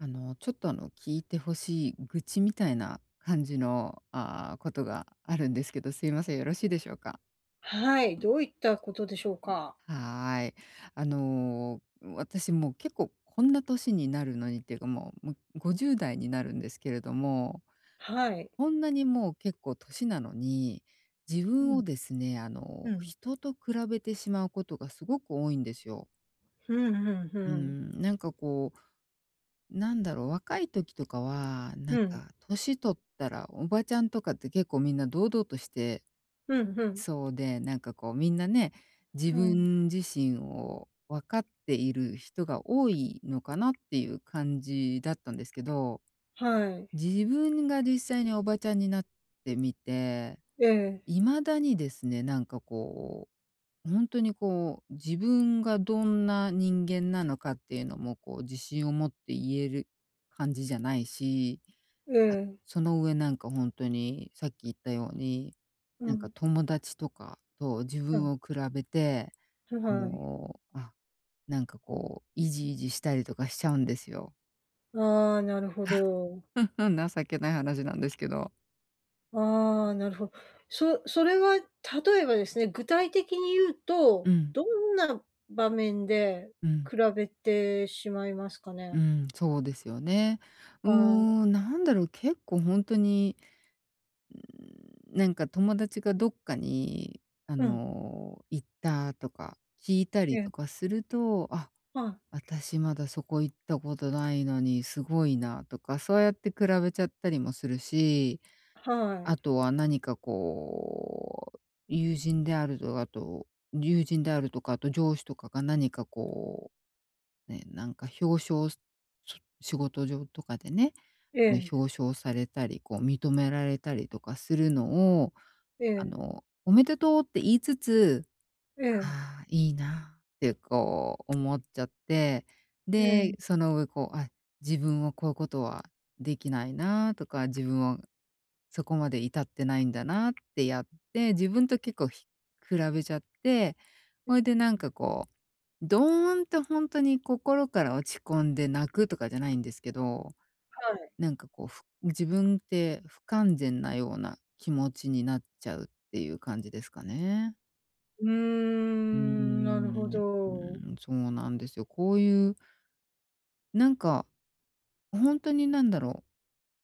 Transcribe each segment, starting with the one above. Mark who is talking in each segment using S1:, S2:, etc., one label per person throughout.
S1: ちょっと聞いてほしい愚痴みたいな感じのことがあるんですけど、すいません、よろしいでしょうか？
S2: はい、どういったことでしょうか？
S1: はーい。あの、私もう結構こんな年になるのにっていうか、もう、50代になるんですけれども、
S2: はい。
S1: こんなにもう結構年なのに、自
S2: う
S1: 分
S2: ん、
S1: をですね、
S2: うん、
S1: 人と比べてしまうことがすごく多いんですよ。
S2: ふんふんふ
S1: う
S2: ん。
S1: ん、なんかこうなんだろう、若い時とかは、なん
S2: うん、
S1: か年取ったらおばちゃんとかって結構みんな堂々として
S2: ふんふん。
S1: そうで、なんかこうみんなね、自
S2: はい、
S1: 分自身を分かっている人が多いのかなっていう感じだったんですけど、
S2: はい。
S1: 自分が実際におばちゃんになってみて、
S2: ええ、
S1: 未だにですね、なんかこう本当にこう、自分がどんな人間なのかっていうのもこう自信を持って言える感じじゃないし、
S2: え
S1: あ
S2: え、
S1: その上なんか本当にさっき言ったように、
S2: う
S1: なんか
S2: ん、
S1: 友達とかと自
S2: うん、
S1: 分を比べて、
S2: は
S1: あ
S2: い。
S1: の、あ、なんかこうイジイジしたりとかしちゃうんですよ。
S2: ああ、なるほど。
S1: 情けない話なんですけど。
S2: ああ、なるほど。それは例えばですね、具体的に言う
S1: う
S2: と、
S1: ん、
S2: どんな場面で
S1: うん、
S2: 比べてしまいますかね？
S1: うん、そうですよね。うー
S2: はい。
S1: ん、なんだろう、結構本当になんか友達がどっかに、
S2: うん、
S1: 行ったとか聞いた
S2: え
S1: り
S2: え、
S1: とかすると、あ、
S2: はい、
S1: 私まだそこ行ったことないのにすごいなとか、そうやって比べちゃったりもするし、
S2: は
S1: あ
S2: い。
S1: とは何かこう、友人であるとかと友人であるとか、あと上司とかが何かこう、ね、なんか表彰す仕事上とかでね、
S2: え
S1: ね、
S2: え、
S1: 表彰されたり、こう認められたりとかするのを、
S2: ええ、
S1: おめでとうって言いつつ、
S2: ええ、
S1: ああ、いいなってこう思っちゃって、
S2: え
S1: で、
S2: え、
S1: その上こう、あ、自分はこういうことはできないなとか、自分はそこまで至ってないんだなってやって、自分と結構比べちゃって、ほいでなんかこう、ドーンとほんとに心から落ち込んで泣くとかじゃないんですけど、
S2: はい。
S1: なんかこう、自分って不完全なような気持ちになっちゃうっていう感じですかね。
S2: うー
S1: うー
S2: ん、なるほ
S1: ん。う
S2: ど。
S1: ーん、そうなんですよ。こういう、なんか、ほんとになんだろ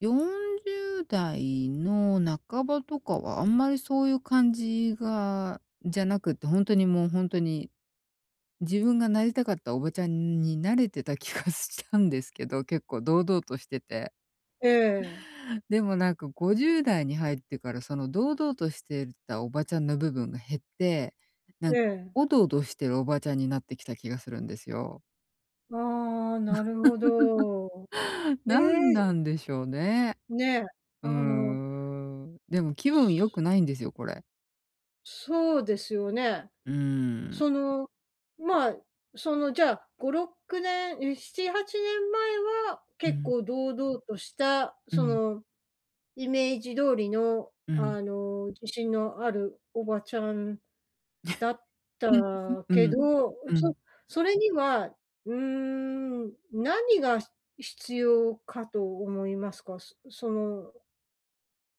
S1: う、40代の半ばとかはあんまりそういう感じがじゃなくって、ほんとにもうほんとに、自分がなりたかったおばちゃんになれてた気がしたんですけど、結構堂々としてて。
S2: ええ、
S1: でもなんか50代に入ってからその堂々としてたおばちゃんの部分が減って、な
S2: え
S1: んかお
S2: え。
S1: どおどしてるおばちゃんになってきた気がするんですよ。
S2: ああ、なるほど。え
S1: な
S2: え、
S1: んなんでしょうね。
S2: ね、あ
S1: うー
S2: の、
S1: ん。でも気分良くないんですよ、これ。
S2: そうですよね。
S1: うーん。
S2: その、まあ、じゃあ、5、6年、7、8年前は、
S1: う
S2: 結
S1: ん、
S2: 構堂々とした、
S1: う
S2: そ
S1: ん、うん。
S2: の、イメージ通りの、
S1: うん、
S2: あの、自信のあるおばちゃんだった
S1: う
S2: け
S1: ん、
S2: ど、
S1: うん、
S2: それには、何が必要かと思いますか？その、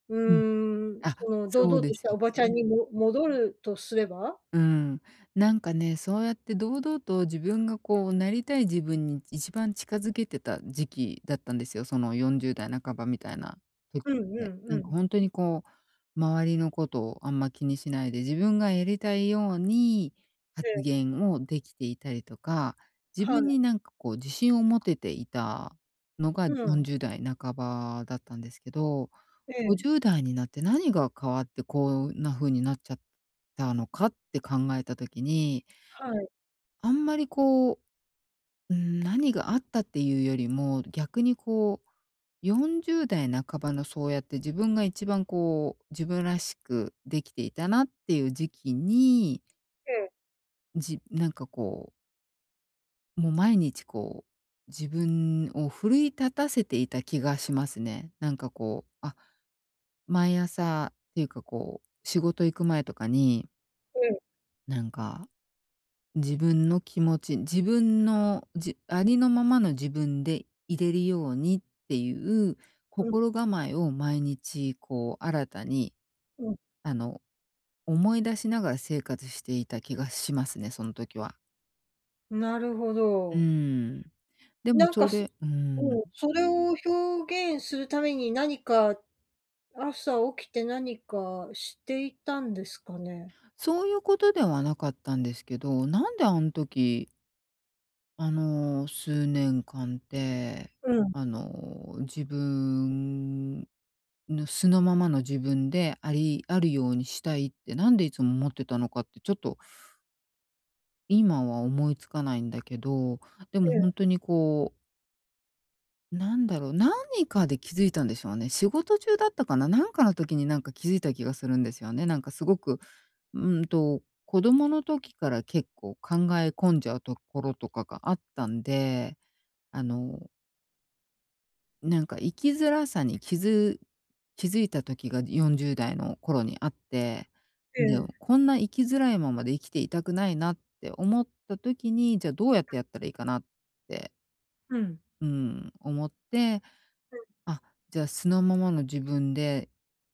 S2: う
S1: うん。あ、
S2: その堂
S1: そう
S2: 々
S1: で
S2: とし
S1: す
S2: た
S1: よ
S2: おばちゃん
S1: ね。
S2: にも戻るとすれば？
S1: うん、なんかね、そうやって堂々と自分がこうなりたい自分に一番近づけてた時期だったんですよ。その40代半ばみたいな時っ
S2: うんう
S1: て。
S2: ん
S1: な
S2: う
S1: んか
S2: ん。
S1: 本当にこう、周りのことをあんま気にしないで、自分がやりたいように
S2: え
S1: 発
S2: え、
S1: 言をできていたりとか、自
S2: は
S1: 分
S2: い。
S1: になんかこう自信を持てていたのが
S2: うん。
S1: 40代半ばだったんですけど、
S2: ええ、
S1: 50代になって何が変わってこんな風になっちゃったのかって考えた時に、
S2: はい。
S1: あんまりこう、うーん、何があったっていうよりも、逆にこう40代半ばのそうやって自分が一番こう、自分らしくできていたなっていう時期に、
S2: ええ、
S1: なんかこう、もう毎日こう、自分を奮い立たせていた気がしますね。なんかこう、あ、毎朝っていうかこう、仕事行く前とかに
S2: ええ、
S1: なんか、自分の気持ち、自分の、ありのままの自分でいれるようにっていう
S2: うん
S1: 心構えを毎日こう新たに、
S2: うん。
S1: あの、思い出しながら生活していた気がしますね、その時は。
S2: なるほ
S1: う
S2: ど。
S1: ーん。でも
S2: なん
S1: そ
S2: かす
S1: れうーん。
S2: うん、それを表現するために何か、朝起きて何かしていたんですかね？
S1: そういうことではなかったんですけど、なんであん時数年間で、
S2: うん、
S1: 自分の素のままの自分であるようにしたいって、なんでいつも思ってたのかって、ちょっと今は思いつかないんだけど、でもほん
S2: え
S1: とにこう、なんだろう、何かで気づいたんでしょうね。仕事中だったかな、なんかの時になんか気づいた気がするんですよね。なんかすごく、うんと、子供の時から結構考え込んじゃうところとかがあったんで、あのなんか生きづらさに気づいた時が40代の頃にあって、
S2: え、え
S1: で、
S2: え、
S1: こんな生きづらいままで生きていたくないなって思った時に、じゃあどうやってやったらいいかなって、
S2: うん。
S1: うん、思って、あ、じゃあ素のままの自分で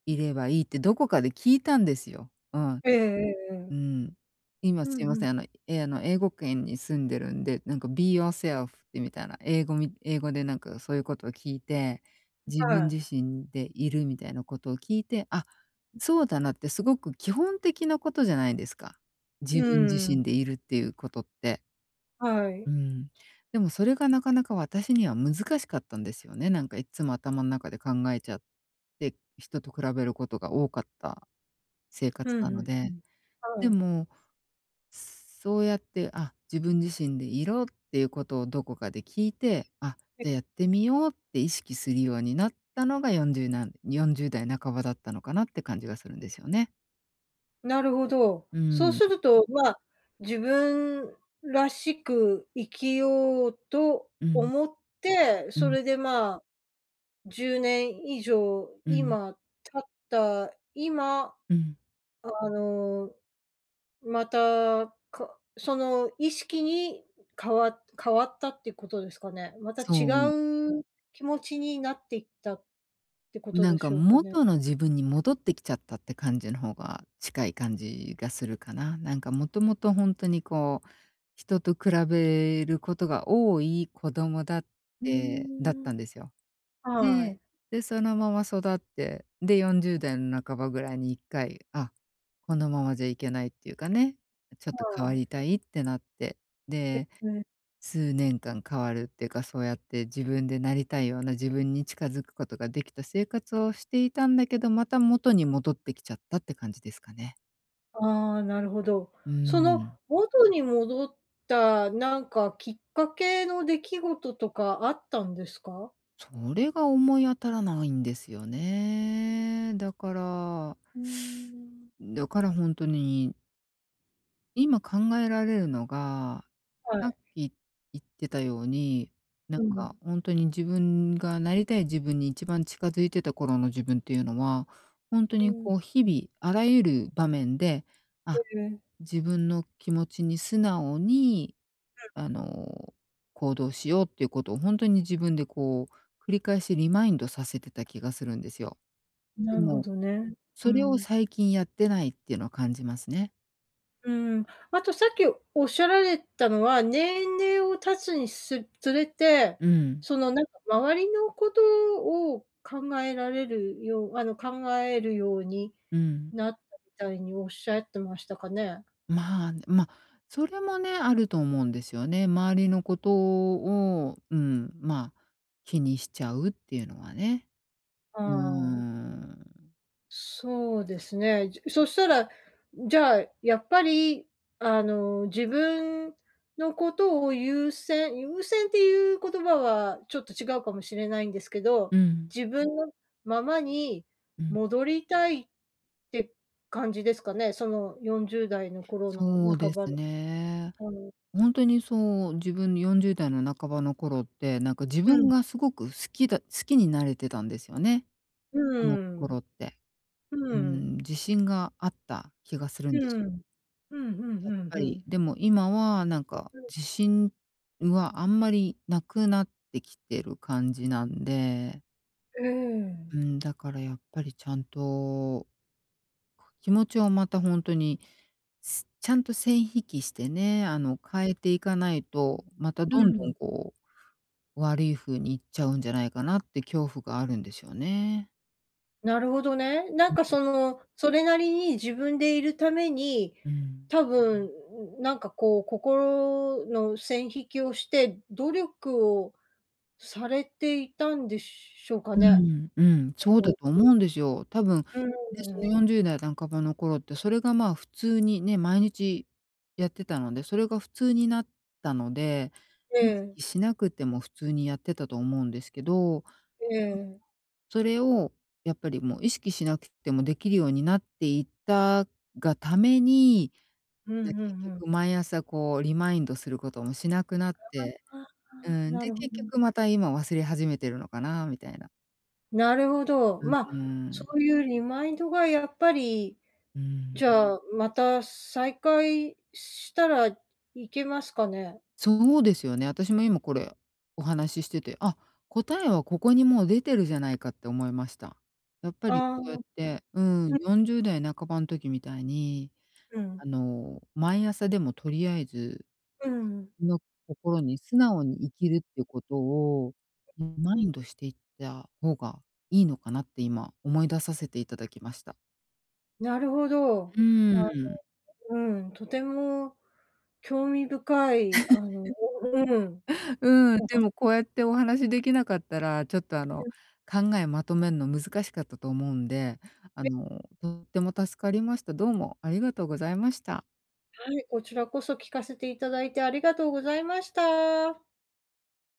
S1: いればいいってどこかで聞いたんですよ。うん。
S2: えええええ
S1: う
S2: え。
S1: ん。今
S2: う
S1: すい
S2: ん
S1: ま
S2: う
S1: せ
S2: ん。
S1: ん、あの、え、あの、英語圏に住んでるんで、なんか Be yourself ってみたいな、英語でなんかそういうことを聞いて、自
S2: は
S1: 分自
S2: い。
S1: 身でいるみたいなことを聞いて、あ、そうだなってすごく基本的なことじゃないですか。自
S2: う
S1: 分自身
S2: ん、
S1: でいるっていうことって。
S2: はい。
S1: うん。でもそれがなかなか私には難しかったんですよね。なんかいつも頭の中で考えちゃって、人と比べることが多かった生
S2: う
S1: 活
S2: ん
S1: な
S2: う
S1: の
S2: ん、う
S1: で。
S2: ん。
S1: で
S2: はい。
S1: もそうやって、あ、自分自身でいろっていうことをどこかで聞いて、あ、
S2: え、
S1: じゃあやってみようって意識するようになったのが40なん4代半ばだったのかなって感じがするんですよね。
S2: なるほど。
S1: う
S2: そう
S1: ん、
S2: すると、まあ、自分らしく生きようと
S1: うん、
S2: 思って、
S1: う
S2: そ
S1: ん、
S2: れで、まあ、10年以上
S1: うん、
S2: 今経った今、
S1: うん。
S2: あの、また、その意識に変わったっていうことですかね？また
S1: そ
S2: 違
S1: う、
S2: う気持ちになっていったってこと
S1: な
S2: で
S1: んか
S2: しょうかね。
S1: 元の自分に戻ってきちゃったって感じの方が近い感じがするかな。なんかもともと本当にこう、人と比べることが多い子供
S2: う
S1: だっ
S2: ーん。
S1: たんですよ。え
S2: は
S1: え。
S2: い。
S1: で、そのまま育って、で、40代の半ばぐらいに1回、あ、このままじゃいけないっていうかね、ちょっと変
S2: は
S1: わ
S2: い。
S1: りたいってなって、で、
S2: ね。
S1: 数年間変わるっていうか、そうやって自分でなりたいような自分に近づくことができた生活をしていたんだけど、また元に戻ってきちゃったって感じですかね。
S2: ああ、なるほど。
S1: うー
S2: その
S1: ん。
S2: 元に戻ったなんかきっかけの出来事とかあったんですか？
S1: それが思い当たらないんですよね。だから
S2: うーん。
S1: だからほんとに今考えられるのが、
S2: は
S1: さっ
S2: い。
S1: き言ってたように、なん
S2: う
S1: か
S2: ん。
S1: ほんとに自分がなりたい自分に一番近づいてた頃の自分っていうのは、ほんと
S2: う
S1: に
S2: ん。
S1: こう日々あらゆる場面で、
S2: え
S1: あ、
S2: え、
S1: 自分の気持ちに素直に、あの、行動しようっていうことをほんとに自分でこう繰り返しリマインドさせてた気がするんですよ。で
S2: なるほ
S1: も、
S2: どね。う
S1: それを
S2: ん。
S1: 最近やってないっていうのは感じますね。
S2: うん。あとさっきおっしゃられたのは、年齢を経つにすつれて、
S1: うん、
S2: そのなんか周りのことを考えるように
S1: うん。
S2: なったみたいにおっしゃってましたかね？
S1: まあ、それもね、あると思うんですよね。周りのことを、うん、まあ、気にしちゃうっていうのはね。
S2: は
S1: うー
S2: い。
S1: ん。
S2: そうですね。そしたら、じゃあ、やっぱり、自分のことを優先っていう言葉はちょっと違うかもしれないんですけど、
S1: うん、
S2: 自分のままに
S1: うん。
S2: 戻りたいって感じですかね？その40代の頃の
S1: そうで
S2: 半ば
S1: す
S2: の、
S1: ね。
S2: あの
S1: ほんとにそう、自分40代の半ばの頃って、なんか自
S2: う
S1: 分
S2: ん、
S1: がすごく好きになれてたんですよね、
S2: う
S1: あの
S2: ん、
S1: 頃って。
S2: うん、
S1: うー
S2: うん。
S1: ん、自信があった気がするん
S2: う
S1: です
S2: ん、
S1: よ。
S2: うんう
S1: やっ
S2: ん
S1: ぱ
S2: う
S1: り、
S2: ん。
S1: でも今はなんか
S2: う
S1: 自信はあんまりなくなってきてる感じなんで、
S2: ん、え
S1: う
S2: え、
S1: ん、だからやっぱりちゃんと気持ちをまたほんとに、ちゃんと線引きしてね、変えていかないと、また
S2: う
S1: どんどん
S2: ん。
S1: こう悪い風にいっちゃうんじゃないかなって恐怖があるんですよね。
S2: なるほどね。なんかその、それなりに自分でいるために、
S1: うん。
S2: 多分、なんかこう、心の線引きをして、努力をされていたんでしょうか
S1: う
S2: ね？
S1: ん、うん、そうだと思うんですよ。多分、
S2: う
S1: ね、その
S2: ん。
S1: 40代半ばの頃って、それがまあ普通にね、毎日やってたので、それが普通になったので、
S2: え
S1: 意
S2: え、
S1: 識しなくても普通にやってたと思うんですけど、
S2: え
S1: でも
S2: え。
S1: それをやっぱりもう意識しなくてもできるようになっていったがために、
S2: うんう
S1: 結
S2: んうん。
S1: 局毎朝こうリマインドすることもしなくなって、
S2: あ
S1: う
S2: あ、
S1: ん、
S2: な
S1: で、
S2: るほど
S1: 結局
S2: ね。
S1: また今忘れ始めてるのかなみたいな。
S2: なるほど。
S1: うん
S2: ま
S1: う
S2: あ、そ
S1: ん。
S2: ういうリマインドがやっぱり、
S1: うん、
S2: じゃあ、また再開したらいけますかね？
S1: そうですよね。私も今これお話ししてて、あ、答えはここにもう出てるじゃないかって思いました。やっぱり
S2: ああ、
S1: そうやって、うん、40代半ばの時みたいに、
S2: うん。
S1: 毎朝でもとりあえず
S2: うん。
S1: の心に素直に生きるっていうことをリマインドしていった方がいいのかなって今思い出させていただきました。
S2: なるほど。
S1: う
S2: あ、
S1: ーん。
S2: うん、とても興味深い、うん。
S1: うん、
S2: お
S1: で
S2: 話
S1: もこうやってお話できなかったら、ちょっと
S2: です
S1: 考えまとめるの難しかったと思うんで、
S2: ね。
S1: とっても助かりました。どうもありがとうございました。
S2: はい、こちらこそ聞かせていただいてありがとうございました。